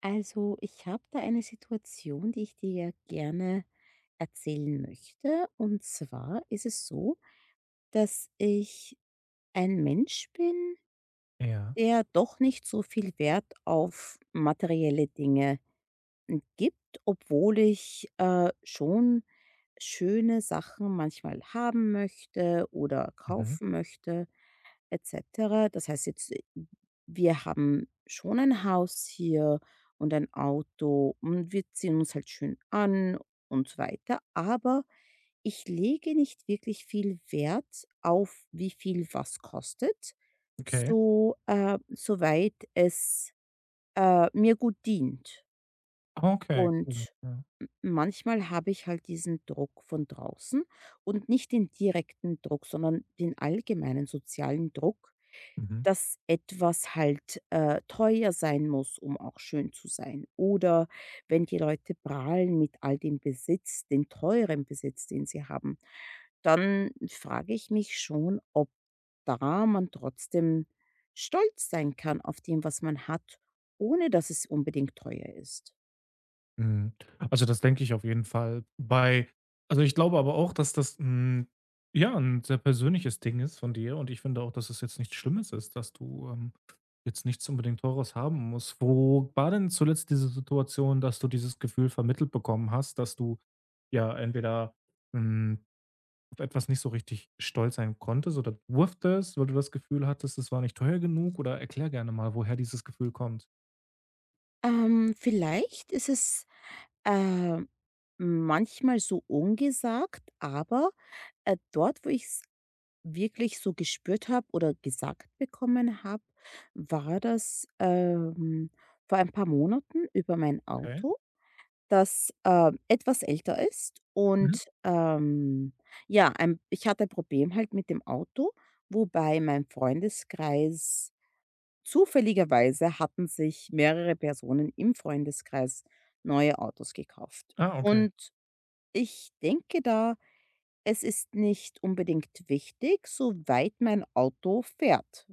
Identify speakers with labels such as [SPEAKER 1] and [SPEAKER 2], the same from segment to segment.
[SPEAKER 1] Also, ich habe da eine Situation, die ich dir ja gerne erzählen möchte. Und zwar ist es so, dass ich ein Mensch bin,
[SPEAKER 2] Ja.
[SPEAKER 1] der doch nicht so viel Wert auf materielle Dinge gibt, obwohl ich schon schöne Sachen manchmal haben möchte oder
[SPEAKER 2] Mhm.
[SPEAKER 1] kaufen möchte et cetera. Das heißt jetzt, wir haben schon ein Haus hier und ein Auto und wir ziehen uns halt schön an und so weiter, aber ich lege nicht wirklich viel Wert auf, wie viel was kostet,
[SPEAKER 2] Okay.
[SPEAKER 1] so, soweit es, mir gut dient.
[SPEAKER 2] Okay, cool.
[SPEAKER 1] Und
[SPEAKER 2] Ja.
[SPEAKER 1] manchmal habe ich halt diesen Druck von draußen und nicht den direkten Druck, sondern den allgemeinen sozialen Druck,
[SPEAKER 2] Mhm.
[SPEAKER 1] dass etwas halt, teuer sein muss, um auch schön zu sein. Oder wenn die Leute prahlen mit all dem Besitz, den teuren Besitz, den sie haben, dann frage ich mich schon, ob da man trotzdem stolz sein kann auf dem, was man hat, ohne dass es unbedingt teuer ist.
[SPEAKER 2] Mhm. Also, das denke ich auf jeden Fall. Bei Also, ich glaube aber auch, dass das 'n ja, ein sehr persönliches Ding ist von dir, und ich finde auch, dass es jetzt nichts Schlimmes ist, dass du jetzt nichts unbedingt Teures haben musst. Wo war denn zuletzt diese Situation, dass du dieses Gefühl vermittelt bekommen hast, dass du ja entweder, hm auf etwas nicht so richtig stolz sein konntest oder durftest, weil du das Gefühl hattest, es war nicht teuer genug? Oder erklär gerne mal, woher dieses Gefühl kommt.
[SPEAKER 1] Vielleicht ist es, äh, manchmal so ungesagt, aber, dort, wo ich wirklich so gespürt habe oder gesagt bekommen habe, war das, vor ein paar Monaten über mein
[SPEAKER 2] Okay.
[SPEAKER 1] Auto, das, etwas älter ist
[SPEAKER 2] Mhm.
[SPEAKER 1] und, ja, ein ich hatte ein Problem halt mit dem Auto, wobei mein Freundeskreis zufälligerweise hatten sich mehrere Personen im Freundeskreis neue Autos gekauft.
[SPEAKER 2] Ah, okay.
[SPEAKER 1] Und ich denke da, es ist nicht unbedingt wichtig, soweit mein Auto fährt.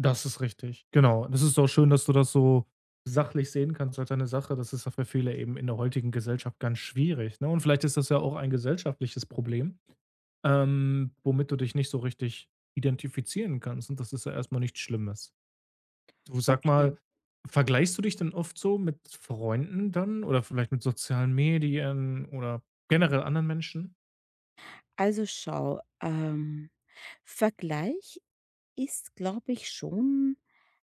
[SPEAKER 2] Das ist richtig. Genau. Das ist auch schön, dass du das so sachlich sehen kannst als eine Sache. Das ist ja für viele eben in der heutigen Gesellschaft ganz schwierig, ne? Und vielleicht ist das ja auch ein gesellschaftliches Problem, womit du dich nicht so richtig identifizieren kannst. Und das ist ja erstmal nichts Schlimmes. Du sag mal,
[SPEAKER 1] Okay,
[SPEAKER 2] vergleichst du dich denn oft so mit Freunden dann oder vielleicht mit sozialen Medien oder generell anderen Menschen?
[SPEAKER 1] also schau, vergleich ist, glaube ich, schon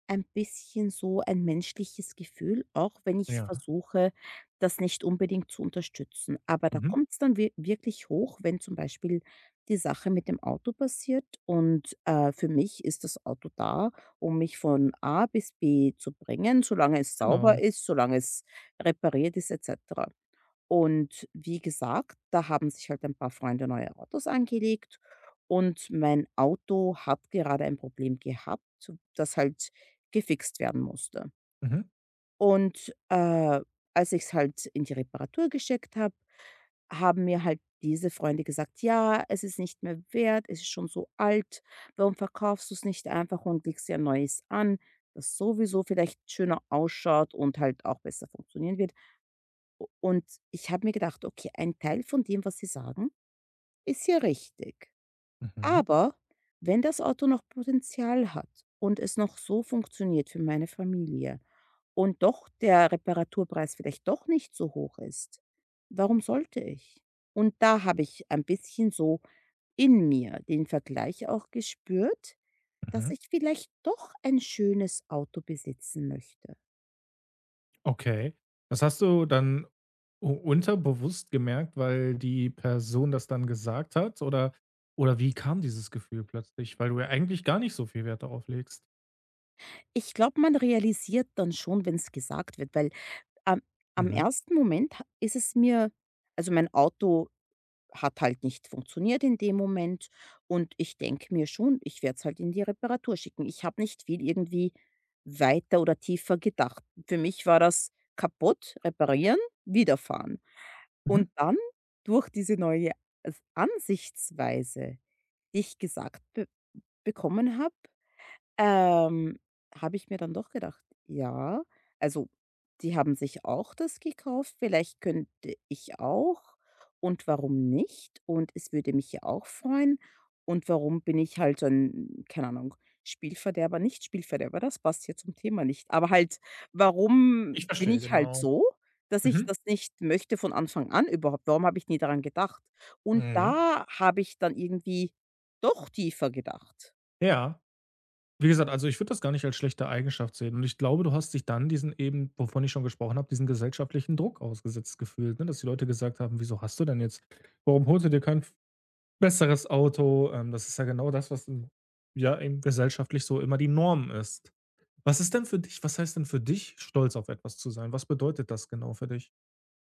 [SPEAKER 1] ein bisschen so ein menschliches Gefühl, auch wenn ich
[SPEAKER 2] Ja.
[SPEAKER 1] versuche, das nicht unbedingt zu unterstützen. Aber da
[SPEAKER 2] Mhm.
[SPEAKER 1] kommt es dann wir wirklich hoch, wenn zum Beispiel die Sache mit dem Auto passiert und, für mich ist das Auto da, um mich von A bis B zu bringen, solange es sauber
[SPEAKER 2] Genau.
[SPEAKER 1] ist, solange es repariert ist et cetera. Und wie gesagt, da haben sich halt ein paar Freunde neue Autos angelegt und mein Auto hat gerade ein Problem gehabt, das halt gefixt werden musste.
[SPEAKER 2] Mhm.
[SPEAKER 1] Und, als ich es halt in die Reparatur geschickt habe, haben mir halt diese Freunde gesagt: „Ja, es ist nicht mehr wert, es ist schon so alt. Warum verkaufst du es nicht einfach und legst dir ein neues an, das sowieso vielleicht schöner ausschaut und halt auch besser funktionieren wird?“ Und ich habe mir gedacht: „Okay, ein Teil von dem, was Sie sagen, ist ja richtig.
[SPEAKER 2] Mhm.
[SPEAKER 1] Aber wenn das Auto noch Potenzial hat und es noch so funktioniert für meine Familie und doch der Reparaturpreis vielleicht doch nicht so hoch ist, warum sollte ich?“ Und da habe ich ein bisschen so in mir den Vergleich auch gespürt, dass
[SPEAKER 2] Mhm.
[SPEAKER 1] ich vielleicht doch ein schönes Auto besitzen möchte.
[SPEAKER 2] Okay. Das hast du dann u unterbewusst gemerkt, weil die Person das dann gesagt hat, oder wie kam dieses Gefühl plötzlich? Weil du ja eigentlich gar nicht so viel Wert darauf legst.
[SPEAKER 1] Ich glaube, man realisiert dann schon, wenn es gesagt wird, weil am am
[SPEAKER 2] Mhm.
[SPEAKER 1] ersten Moment ha ist es mir, also, mein Auto hat halt nicht funktioniert in dem Moment und ich denke mir schon, ich werde es halt in die Reparatur schicken. Ich habe nicht viel irgendwie weiter oder tiefer gedacht. Für mich war das kaputt, reparieren, wiederfahren.
[SPEAKER 2] Mhm.
[SPEAKER 1] Und dann durch diese neue s Ansichtsweise, die ich gesagt be bekommen habe ähm, habe ich mir dann doch gedacht, ja, also die haben sich auch das gekauft, vielleicht könnte ich auch, und warum nicht? Und es würde mich ja auch freuen, und warum bin ich halt so 'n, keine Ahnung, Spielverderber, nicht Spielverderber, das passt hier zum Thema nicht, aber halt, warum
[SPEAKER 2] Ich
[SPEAKER 1] bin
[SPEAKER 2] verstehe,
[SPEAKER 1] ich halt
[SPEAKER 2] genau.
[SPEAKER 1] so, dass ich
[SPEAKER 2] Mhm.
[SPEAKER 1] das nicht möchte von Anfang an überhaupt? Warum habe ich nie daran gedacht? Und
[SPEAKER 2] Mhm.
[SPEAKER 1] da habe ich dann irgendwie doch tiefer gedacht.
[SPEAKER 2] Ja. Wie gesagt, also ich würde das gar nicht als schlechte Eigenschaft sehen. Und ich glaube, du hast dich dann diesen, eben, wovon ich schon gesprochen habe, diesen gesellschaftlichen Druck ausgesetzt gefühlt, ne? Dass die Leute gesagt haben: „Wieso hast du denn jetzt warum holst du dir kein besseres Auto?“ das ist ja genau das, was im ja, eben gesellschaftlich so immer die Norm ist. Was ist denn für dich was heißt denn für dich, stolz auf etwas zu sein? Was bedeutet das genau für dich?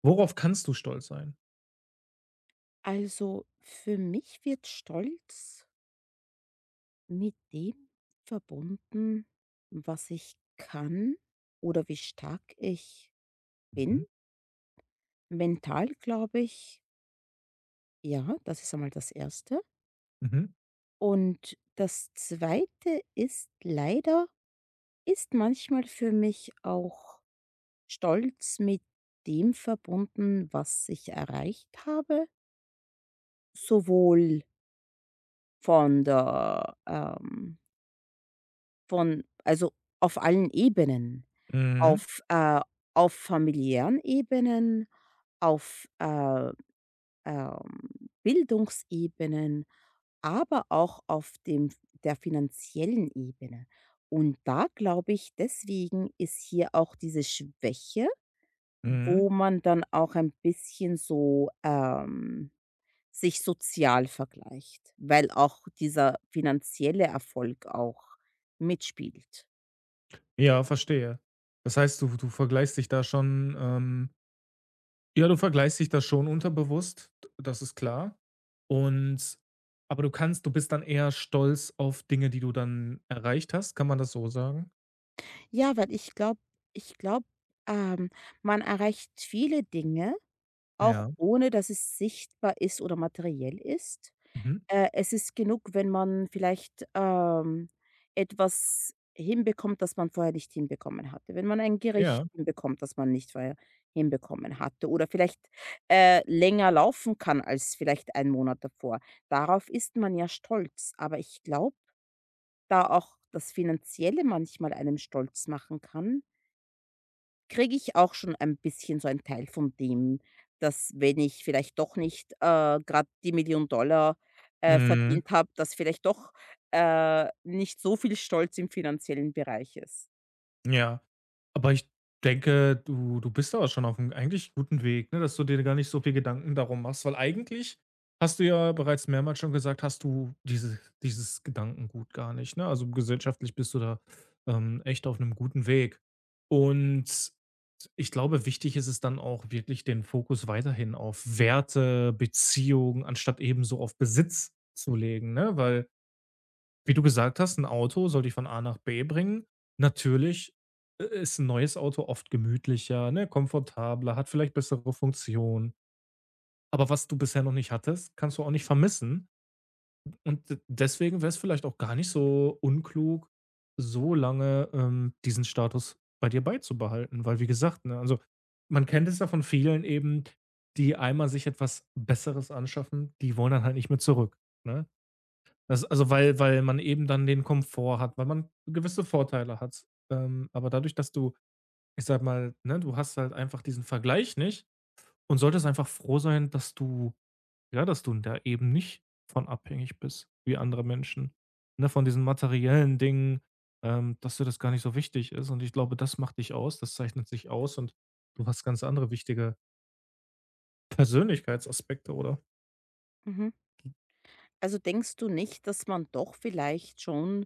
[SPEAKER 2] Worauf kannst du stolz sein?
[SPEAKER 1] Also, für mich wird Stolz mit dem verbunden, was ich kann oder wie stark ich bin.
[SPEAKER 2] Mhm,
[SPEAKER 1] Mental, glaube ich, ja, das ist einmal das Erste.
[SPEAKER 2] mhm,
[SPEAKER 1] Und das Zweite ist leider, ist manchmal für mich auch Stolz mit dem verbunden, was ich erreicht habe, sowohl von der, von, also, auf allen Ebenen.
[SPEAKER 2] mhm,
[SPEAKER 1] Auf, äh auf familiären Ebenen, aufähm, Bildungsebenen, aber auch auf dem der finanziellen Ebene. Und da glaube ich, deswegen ist hier auch diese Schwäche,
[SPEAKER 2] mhm.
[SPEAKER 1] wo man dann auch ein bisschen so, sich sozial vergleicht, weil auch dieser finanzielle Erfolg auch mitspielt.
[SPEAKER 2] Ja, verstehe. Das heißt, du vergleichst dich da schon, ähm, ja, du vergleichst dich das schon unterbewusst, d das ist klar. Und aber du kannst du bist dann eher stolz auf Dinge, die du dann erreicht hast. Kann man das so sagen?
[SPEAKER 1] Ja, weil ich glaube, ähm, man erreicht viele Dinge, auch
[SPEAKER 2] Ja.
[SPEAKER 1] ohne dass es sichtbar ist oder materiell ist.
[SPEAKER 2] Mhm.
[SPEAKER 1] Es ist genug, wenn man vielleicht, etwas hinbekommt, das man vorher nicht hinbekommen hatte. Wenn man ein Gericht
[SPEAKER 2] Ja.
[SPEAKER 1] hinbekommt, das man nicht vorher hinbekommen hatte, oder vielleicht, länger laufen kann als vielleicht 1 Monat davor. Darauf ist man ja stolz, aber ich glaube, da auch das Finanzielle manchmal einem stolz machen kann, kriege ich auch schon ein bisschen so ein Teil von dem, dass, wenn ich vielleicht doch nicht, grad die Million Dollar,
[SPEAKER 2] Mhm.
[SPEAKER 1] verdient habe, dass vielleicht doch, nicht so viel Stolz im finanziellen Bereich ist.
[SPEAKER 2] Ja, aber ich denke, du bist aber schon auf einem eigentlich guten Weg, ne, dass du dir gar nicht so viel Gedanken darum machst, weil eigentlich hast du ja bereits mehrmals schon gesagt, hast du diese dieses Gedankengut gar nicht, ne? Also, gesellschaftlich bist du da, echt auf einem guten Weg. Und ich glaube, wichtig ist es dann auch wirklich, den Fokus weiterhin auf Werte, Beziehungen anstatt eben so auf Besitz zu legen, ne? Weil wie du gesagt hast, ein Auto soll dich von A nach B bringen. Natürlich i ist ein neues Auto oft gemütlicher, ne, komfortabler, hat vielleicht bessere Funktionen. Aber was du bisher noch nicht hattest, kannst du auch nicht vermissen. Und d deswegen wäre es vielleicht auch gar nicht so unklug, so lange, diesen Status bei dir beizubehalten. Weil wie gesagt, ne, also, man kennt es ja von vielen eben, die einmal sich etwas Besseres anschaffen, die wollen dann halt nicht mehr zurück, ne? Das also, weil man eben dann den Komfort hat, weil man gewisse Vorteile hat. Aber dadurch, dass du, ich sage mal, ne, du hast halt einfach diesen Vergleich nicht und solltest einfach froh sein, dass du ja, dass du da eben nicht von abhängig bist wie andere Menschen, ne, von diesen materiellen Dingen, dass dir das gar nicht so wichtig ist. Und ich glaube, das macht dich aus, das zeichnet dich aus, und du hast ganz andere wichtige Persönlichkeitsaspekte, oder?
[SPEAKER 1] Mhm. Also, denkst du nicht, dass man doch vielleicht schon,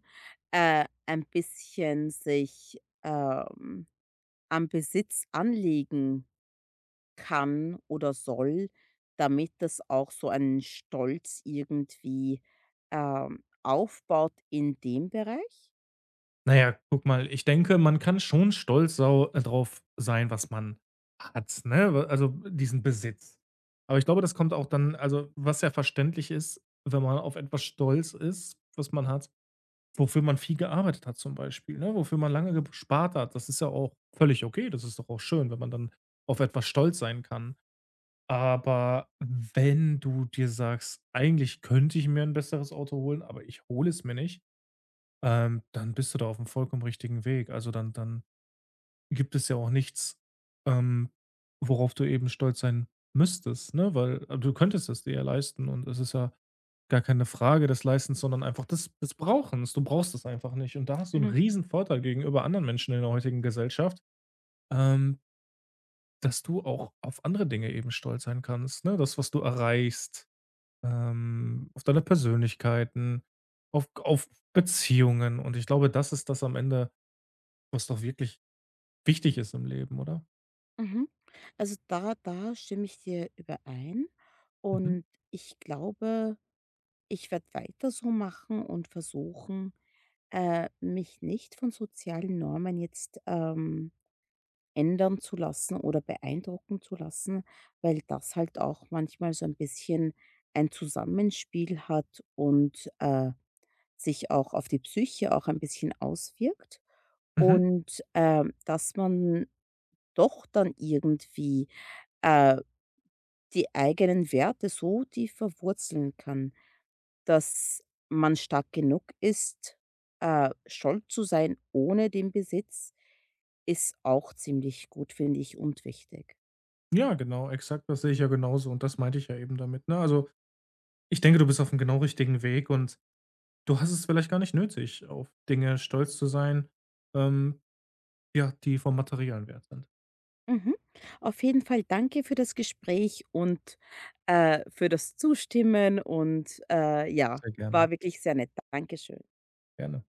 [SPEAKER 1] äh, ein bisschen sich, ähm, am Besitz anlegen kann oder soll, damit das auch so einen Stolz irgendwie, aufbaut in dem Bereich.
[SPEAKER 2] Na ja, guck mal, ich denke, man kann schon stolz sau drauf sein, was man hat, ne? Also, diesen Besitz. Aber ich glaube, das kommt auch dann also, was ja verständlich ist, wenn man auf etwas stolz ist, was man hat, wofür man viel gearbeitet hat zum Beispiel, ne? Wofür man lange gespart hat. Das ist ja auch völlig okay. Das ist doch auch schön, wenn man dann auf etwas stolz sein kann. Aber wenn du dir sagst: „Eigentlich könnte ich mir ein besseres Auto holen, aber ich hole es mir nicht“, dann bist du da auf dem vollkommen richtigen Weg. Also, dann gibt es ja auch nichts, ähm, worauf du eben stolz sein müsstest, ne? Weil du könntest es dir ja leisten, und es ist ja gar keine Frage des Leistens, sondern einfach des Brauchens. Du brauchst es einfach nicht, und da hast du einen
[SPEAKER 1] Mhm.
[SPEAKER 2] riesen Vorteil gegenüber anderen Menschen in der heutigen Gesellschaft, ähm, dass du auch auf andere Dinge eben stolz sein kannst, ne? Das, was du erreichst, auf deine Persönlichkeiten, auf Beziehungen, und ich glaube, das ist das am Ende, was doch wirklich wichtig ist im Leben, oder?
[SPEAKER 1] Mhm. Also, da stimme ich dir überein,
[SPEAKER 2] Mhm.
[SPEAKER 1] und ich glaube, ich werde weiter so machen und versuchen, mich nicht von sozialen Normen jetzt, ändern zu lassen oder beeindrucken zu lassen, weil das halt auch manchmal so ein bisschen ein Zusammenspiel hat und sich auch auf die Psyche auch ein bisschen auswirkt,
[SPEAKER 2] Mhm.
[SPEAKER 1] und dass man doch dann irgendwie äh, die eigenen Werte so tief verwurzeln kann, dass man stark genug ist, stolz zu sein ohne den Besitz, ist auch ziemlich gut, finde ich, und wichtig.
[SPEAKER 2] Ja, genau, exakt, das sehe ich ja genauso, und das meinte ich ja eben damit, ne? Also, ich denke, du bist auf dem genau richtigen Weg, und du hast es vielleicht gar nicht nötig, auf Dinge stolz zu sein, ähm, ja, die vom materiellen Wert sind.
[SPEAKER 1] Mhm. Auf jeden Fall danke für das Gespräch und, für das Zustimmen und, ja,
[SPEAKER 2] Sehr
[SPEAKER 1] war
[SPEAKER 2] gerne,
[SPEAKER 1] wirklich sehr nett. Dankeschön.
[SPEAKER 2] gerne.